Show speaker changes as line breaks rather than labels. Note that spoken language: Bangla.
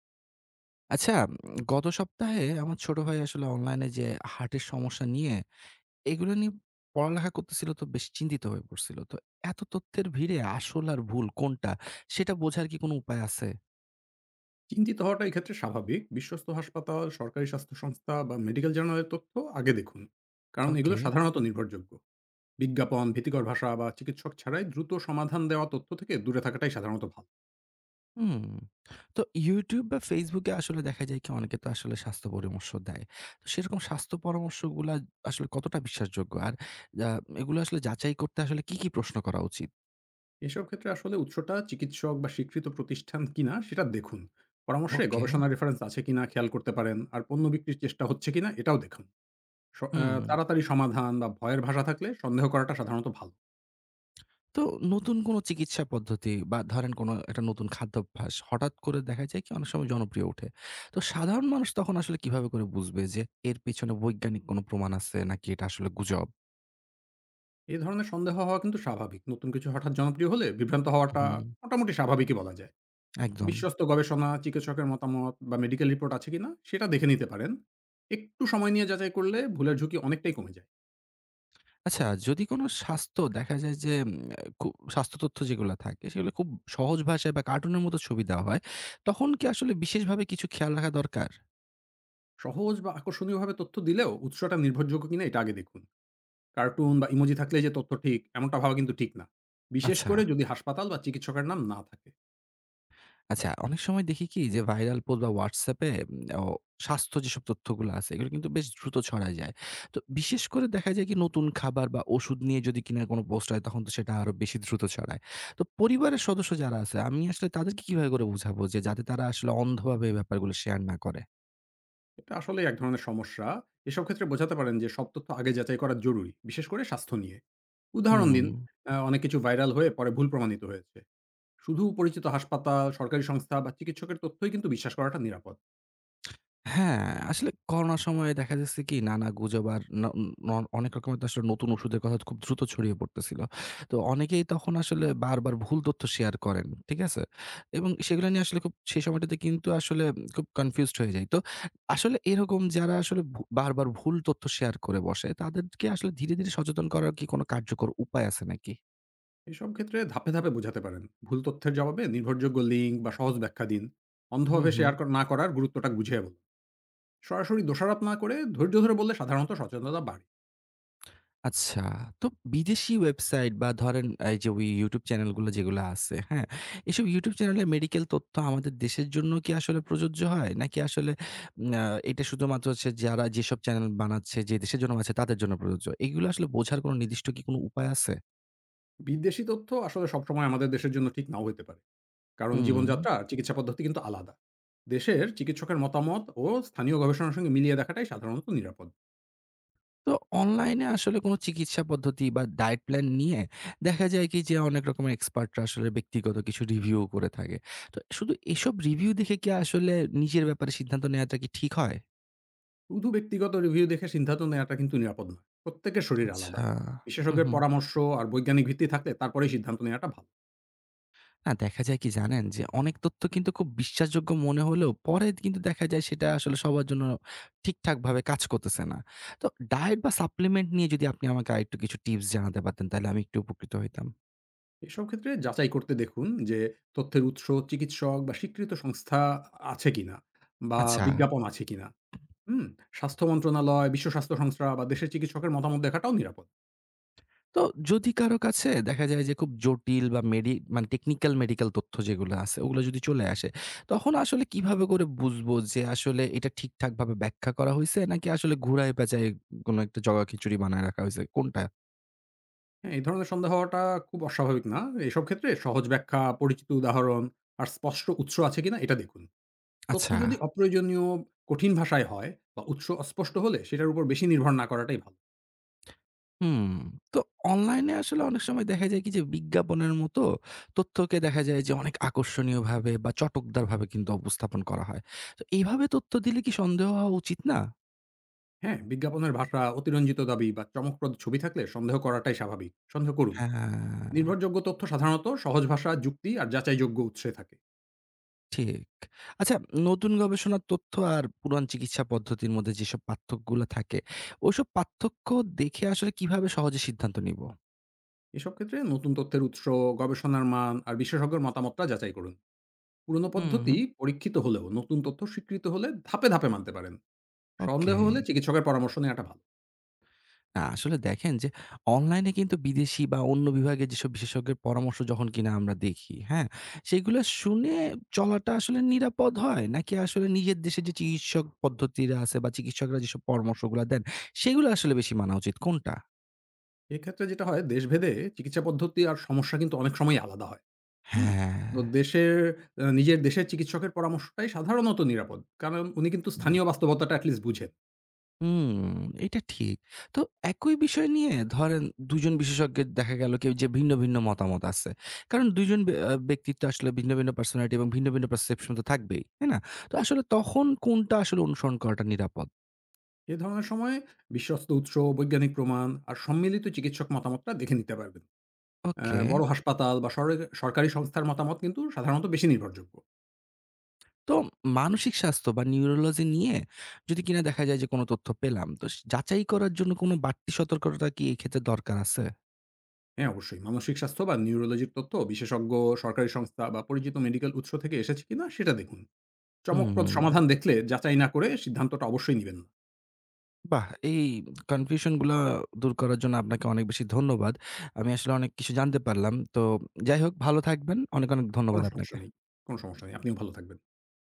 আচ্ছা, গত সপ্তাহে আমার ছোট ভাই আসলে অনলাইনে যে হার্টের সমস্যা নিয়ে, এগুলো নিয়ে পড়ালেখা করতেছিল তো বেশ চিন্তিত হয়ে পড়ছিল। তো এত তথ্যের ভিড়ে আসল আর ভুল কোনটা সেটা বোঝার কি কোনো উপায় আছে?
চিন্তিত হওয়াটা এক্ষেত্রে স্বাভাবিক। বিশ্বস্ত হাসপাতাল, সরকারি স্বাস্থ্য সংস্থা বা মেডিকেল জার্নালের তথ্য আগে দেখুন। কারণ এগুলো
ওকে।
সাধারণত নির্ভরযোগ্য। বিজ্ঞাপন, ভীতিকর ভাষা বা চিকিৎসক ছাড়াই দ্রুত সমাধান দেওয়া তথ্য থেকে দূরে থাকাটাই সাধারণত ভালো।
হুম। তো YouTube বা Facebook এ আসলে দেখা যায় কি অনেকে তো আসলে স্বাস্থ্য পরামর্শ দেয়। তো সেরকম স্বাস্থ্য পরামর্শগুলা আসলে কতটা বিশ্বাসযোগ্য? আর আ এগুলো আসলে যাচাই করতে আসলে কি প্রশ্ন করা উচিত?
এসব ক্ষেত্রে আসলে উৎসটা চিকিৎসক বা স্বীকৃত প্রতিষ্ঠান কিনা সেটা দেখুন। পরামর্শে
ওকে।
গবেষণা রেফারেন্স আছে কিনা খেয়াল করতে পারেন। আর পণ্য বিক্রির চেষ্টা হচ্ছে কিনা এটাও দেখুন। স আ
হুম।
তাড়াতাড়ি সমাধান বা ভয়ের ভাষা থাকলে সন্দেহ করাটা সাধারণত ভালো।
তো নতুন কোনো চিকিৎসা পদ্ধতি বা ধরেন কোনো একটা নতুন খাদ্যাভ্যাস হঠাৎ করে দেখা যায় কি অনেক সময় জনপ্রিয় ওঠে। তো সাধারণ মানুষ তখন আসলে কিভাবে করে বুঝবে যে এর পেছনে বৈজ্ঞানিক কোনো প্রমাণ আছে নাকি এটা আসলে গুজব?
এই ধরনের সন্দেহ হওয়া কিন্তু স্বাভাবিক। নতুন কিছু হঠাৎ জনপ্রিয় হলে বিভ্রান্ত হওয়াটা
হুম।
মোটামুটি স্বাভাবিকই বলা যায়।
একদম।
বিশ্বস্ত গবেষণা, চিকিৎসকের মতামত বা মেডিকেল রিপোর্ট আছে কিনা সেটা দেখে নিতে পারেন। একটু সময় নিয়ে যাচাই করলে ভুলের ঝুঁকি অনেকটাই কমে যায়।
আচ্ছা যদি কোনো স্বাস্থ্য দেখা যায় যে খু স্বাস্থ্য তথ্য যেগুলা থাকে সেগুলো খুব সহজ ভাষায় বা কার্টুনের মতো ছবি দেওয়া হয়, তখন কি আসলে বিশেষভাবে কিছু খেয়াল রাখা দরকার?
সহজ বা আকর্ষণীয়ভাবে তথ্য দিলেও উৎসটা নির্ভরযোগ্য কিনা এটা আগে দেখুন। কার্টুন বা ইমোজি থাকলে যে তথ্য ঠিক এমনটা ভাবা কিন্তু ঠিক না। বিশেষ
আচ্ছা।
করে যদি হাসপাতাল বা চিকিৎসকের নাম না থাকে।
আচ্ছা, অনেক সময় দেখি কি যে ভাইরাল পোস্ট বা WhatsApp এ ও স্বাস্থ্য যেসব তথ্যগুলো আছে এগুলো কিন্তু বেশ দ্রুত ছড়ায় যায়। তো বিশেষ করে দেখা যায় কি নতুন খাবার বা ওষুধ নিয়ে যদি কিনা কোনো পোস্ট হয় তখন তো সেটা আরো বেশি দ্রুত ছড়ায়। তো পরিবারের সদস্য যারা আছে আমি আসলে তাদেরকে কিভাবে করে বুঝাবো যে যাতে তারা আসলে অন্ধভাবে এই ব্যাপারগুলো শেয়ার না করে?
এটা আসলে এক ধরনের সমস্যা। এসব ক্ষেত্রে বোঝাতে পারেন যে সব তথ্য আগে যাচাই করা জরুরি, বিশেষ করে স্বাস্থ্য নিয়ে। উদাহরণ
হুম।
দিন, অনেক কিছু ভাইরাল হয়ে পরে ভুল প্রমাণিত হয়েছে। শুধু পরিচিত হাসপাতাল, সরকারি সংস্থা বা চিকিৎসকের তথ্যই কিন্তু বিশ্বাস করাটা নিরাপদ।
হ্যাঁ, আসলে করোনার সময়ে দেখা যাচ্ছে কি নানা গুজব আর ন ন অনেক রকমের তো আসলে নতুন ওষুধের কথা খুব দ্রুত ছড়িয়ে পড়তেছিল। তো অনেকেই তখন আসলে বারবার ভুল তথ্য শেয়ার করেন। ঠিক আছে? এবং সেগুলো নিয়ে আসলে খুব সেই সময়টাতে কিন্তু আসলে খুব কনফিউজড হয়ে যাই। তো আসলে এরকম যারা আসলে বারবার ভুল তথ্য শেয়ার করে বসে তাদেরকে আসলে ধীরে, ধীরে সচেতন করার কি কোনো কার্যকর উপায় আছে নাকি?
এসব ক্ষেত্রে ধাপে, ধাপে বোঝাতে পারেন। ভুল তথ্যের জবাবে নির্ভরযোগ্য লিঙ্ক বা সহজ ব্যাখ্যা দিন।
হুম,
অন্ধভাবে
হুম।
শেয়ার কর না করার গুরুত্বটা বুঝিয়ে বলুন। সরাসরি দোষারোপ না করে ধৈর্য ধরে বললে সাধারণত সচেতনতা বাড়ে।
আচ্ছা, তো বিদেশি ওয়েবসাইট বা ধরেন এই যে ওই YouTube চ্যানেলগুলো যেগুলো আছে, হ্যাঁ? এসব YouTube চ্যানেলে মেডিকেল তথ্য আমাদের দেশের জন্য কি আসলে প্রযোজ্য হয়? নাকি আসলে উম আ এটা শুধুমাত্র হচ্ছে যারা যেসব চ্যানেল বানাচ্ছে, যে দেশের জন্য বানাচ্ছে তাদের জন্য প্রযোজ্য? এগুলো আসলে বোঝার কোনো নির্দিষ্ট কি কোনো উপায় আছে?
বিদেশি তথ্য আসলে সবসময় আমাদের দেশের জন্য ঠিক নাও হতে পারে। কারণ
হুম।
জীবনযাত্রা আর চিকিৎসা পদ্ধতি কিন্তু আলাদা। দেশের চিকিৎসকের মতামত ও স্থানীয় গবেষণার সঙ্গে মিলিয়ে দেখাটাই সাধারণত নিরাপদ।
তো অনলাইনে আসলে কোনো চিকিৎসা পদ্ধতি বা ডায়েট প্ল্যান নিয়ে দেখা যায় কি যে অনেক রকমের এক্সপার্টরা আসলে ব্যক্তিগত কিছু রিভিউ করে থাকে। তো শুধু এসব রিভিউ দেখে কি আসলে নিজের ব্যাপারে সিদ্ধান্ত নেওয়াটা কি ঠিক হয়?
শুধু ব্যক্তিগত রিভিউ দেখে সিদ্ধান্ত নেওয়াটা কিন্তু নিরাপদ নয়। প্রত্যেকের শরীর আলাদা।
আচ্ছা। হুম,
বিশেষজ্ঞের
হুম।
পরামর্শ আর বৈজ্ঞানিক ভিত্তি থাকলে তারপরেই সিদ্ধান্ত নেওয়াটা ভালো।
না দেখা যায় কি জানেন? যে অনেক তথ্য কিন্তু খুব বিশ্বাসযোগ্য মনে হলেও পরে কিন্তু দেখা যায় সেটা আসলে সবার জন্য ঠিকঠাকভাবে কাজ করতেছে না। তো ডায়েট বা সাপ্লিমেন্ট নিয়ে যদি আপনি আমাকে আরেকটু কিছু টিপস জানাতে পারতেন তাহলে আমি একটু উপকৃত হইতাম।
এসব ক্ষেত্রে যাচাই করতে দেখুন যে তথ্যের উৎস, চিকিৎসক বা স্বীকৃত সংস্থা আছে কিনা বা
আচ্ছা।
বিজ্ঞাপন আছে কিনা। হুম? স্বাস্থ্য মন্ত্রণালয়, বিশ্ব স্বাস্থ্য সংস্থা বা দেশের চিকিৎসকের মতামত দেখাটাও নিরাপদ।
তো যদি কারো কাছে দেখা যায় যে খুব জটিল বা মানে টেকনিক্যাল মেডিকেল তথ্য যেগুলো আছে ওগুলো যদি চলে আসে, তখন আসলে কিভাবে করে বুঝবো যে আসলে এটা ঠিকঠাকভাবে ব্যাখ্যা করা হইছে নাকি আসলে ঘুরায় পেঁচায় কোনো একটা জগাখিচুড়ি বানায় রাখা হইছে? কোনটা?
হ্যাঁ, এই ধরনের সন্দেহ হওয়াটা খুব অস্বাভাবিক না। এসব ক্ষেত্রে সহজ ব্যাখ্যা, পরিচিত উদাহরণ আর স্পষ্ট উৎস আছে কিনা এটা দেখুন। তথ্য
আচ্ছা।
যদি অপ্রয়োজনীয় কঠিন ভাষায় হয় বা উৎস অস্পষ্ট হলে সেটার উপর বেশি নির্ভর না করাটাই ভালো।
হুম। তো অনলাইনে আসলে অনেক সময় দেখা যায় কি যে বিজ্ঞাপনের মতো তথ্যকে দেখা যায় যে অনেক আকর্ষণীয়ভাবে বা চটকদারভাবে কিন্তু উপস্থাপন করা হয়। তো এইভাবে তথ্য দিলে কি সন্দেহ হওয়া উচিত না?
হ্যাঁ, বিজ্ঞাপনের ভাষা অতিরঞ্জিত দাবি বা চমকপ্রদ ছবি থাকলে সন্দেহ করাটাই স্বাভাবিক, সন্দেহ করুন।
হ্যাঁ,
নির্ভরযোগ্য তথ্য সাধারণত সহজ ভাষা, যুক্তি আর যাচাইযোগ্য উৎসে থাকে।
ঠিক। আচ্ছা নতুন গবেষণার তথ্য আর পুরান চিকিৎসা পদ্ধতির মধ্যে যেসব পার্থক্যগুলা থাকে, ওইসব পার্থক্য দেখে আসলে কিভাবে সহজে সিদ্ধান্ত নিব?
এসব ক্ষেত্রে নতুন তথ্যের উৎস, গবেষণার মান আর বিশেষজ্ঞের মতামতটা যাচাই করুন। পুরনো
হুম,
পদ্ধতি পরীক্ষিত হলেও নতুন তথ্য স্বীকৃত হলে ধাপে ধাপে মানতে পারেন।
ওকে।
সন্দেহ হলে চিকিৎসকের পরামর্শ নেওয়াটা ভালো।
না, আসলে দেখেন যে অনলাইনে কিন্তু বিদেশি বা অন্য বিভাগে যেসব বিশেষজ্ঞের পরামর্শ যখন কিনা আমরা দেখি, হ্যাঁ? সেগুলো শুনে চলাটা আসলে নিরাপদ হয়? নাকি আসলে নিজের দেশে যে চিকিৎসক পদ্ধতিরা আছে বা চিকিৎসকরা যেসব পরামর্শগুলা দেন, সেগুলো আসলে বেশি মানা উচিত কোনটা?
এক্ষেত্রে যেটা হয়, দেশভেদে চিকিৎসা পদ্ধতি আর সমস্যা কিন্তু অনেক সময় আলাদা হয়। হুম?
হ্যাঁ।
তো দেশের নিজের দেশের চিকিৎসকের পরামর্শটাই সাধারণত নিরাপদ। কারণ উনি কিন্তু স্থানীয় বাস্তবতাটা at least বুঝেন।
হুম, এটা ঠিক। তো একই বিষয় নিয়ে ধরেন ২ জন বিশেষজ্ঞের দেখা গেল কেউ যে ভিন্ন, ভিন্ন মতামত আছে। কারণ ২ জন ব্যক্তিত্ব আসলে ভিন্ন, ভিন্ন পার্সোনালিটি এবং ভিন্ন, ভিন্ন পারসেপশন তো থাকবেই। তাই না? তো আসলে তখন কোনটা আসলে অনুসরণ করাটা নিরাপদ?
এ ধরনের সময়ে বিশ্বস্ত উৎস, বৈজ্ঞানিক প্রমাণ আর সম্মিলিত চিকিৎসক মতামতটা দেখে নিতে পারবেন।
ওকে।
বড় হাসপাতাল বা সরকারি সংস্থার মতামত কিন্তু সাধারণত বেশি নির্ভরযোগ্য।
তো মানসিক স্বাস্থ্য বা নিউরোলজি নিয়ে যদি কিনা দেখা যায় যে কোন তথ্য পেলাম, তো যাচাই করার জন্য কোন বাড়তি সতর্কতা কি এই ক্ষেত্রে দরকার আছে?
হ্যাঁ, অবশ্যই মানসিক স্বাস্থ্য বা নিউরোলজির তথ্য বিশেষজ্ঞ, সরকারি সংস্থা বা পরিচিত মেডিকেল উৎস থেকে এসেছে কিনা সেটা দেখুন। চমকপ্রদ
হুম।
সমাধান দেখলে যাচাই না করে সিদ্ধান্তটা অবশ্যই নিবেন না।
বাহ! এই কনফিউশন গুলা দূর করার জন্য আপনাকে অনেক বেশি ধন্যবাদ। আমি আসলে অনেক কিছু জানতে পারলাম। তো যাই হোক ভালো থাকবেন। অনেক, অনেক
কোনো
ধন্যবাদ
সমস্যা
আপনাকে।
নেই, কোনো সমস্যা নেই। আপনিও ভালো থাকবেন।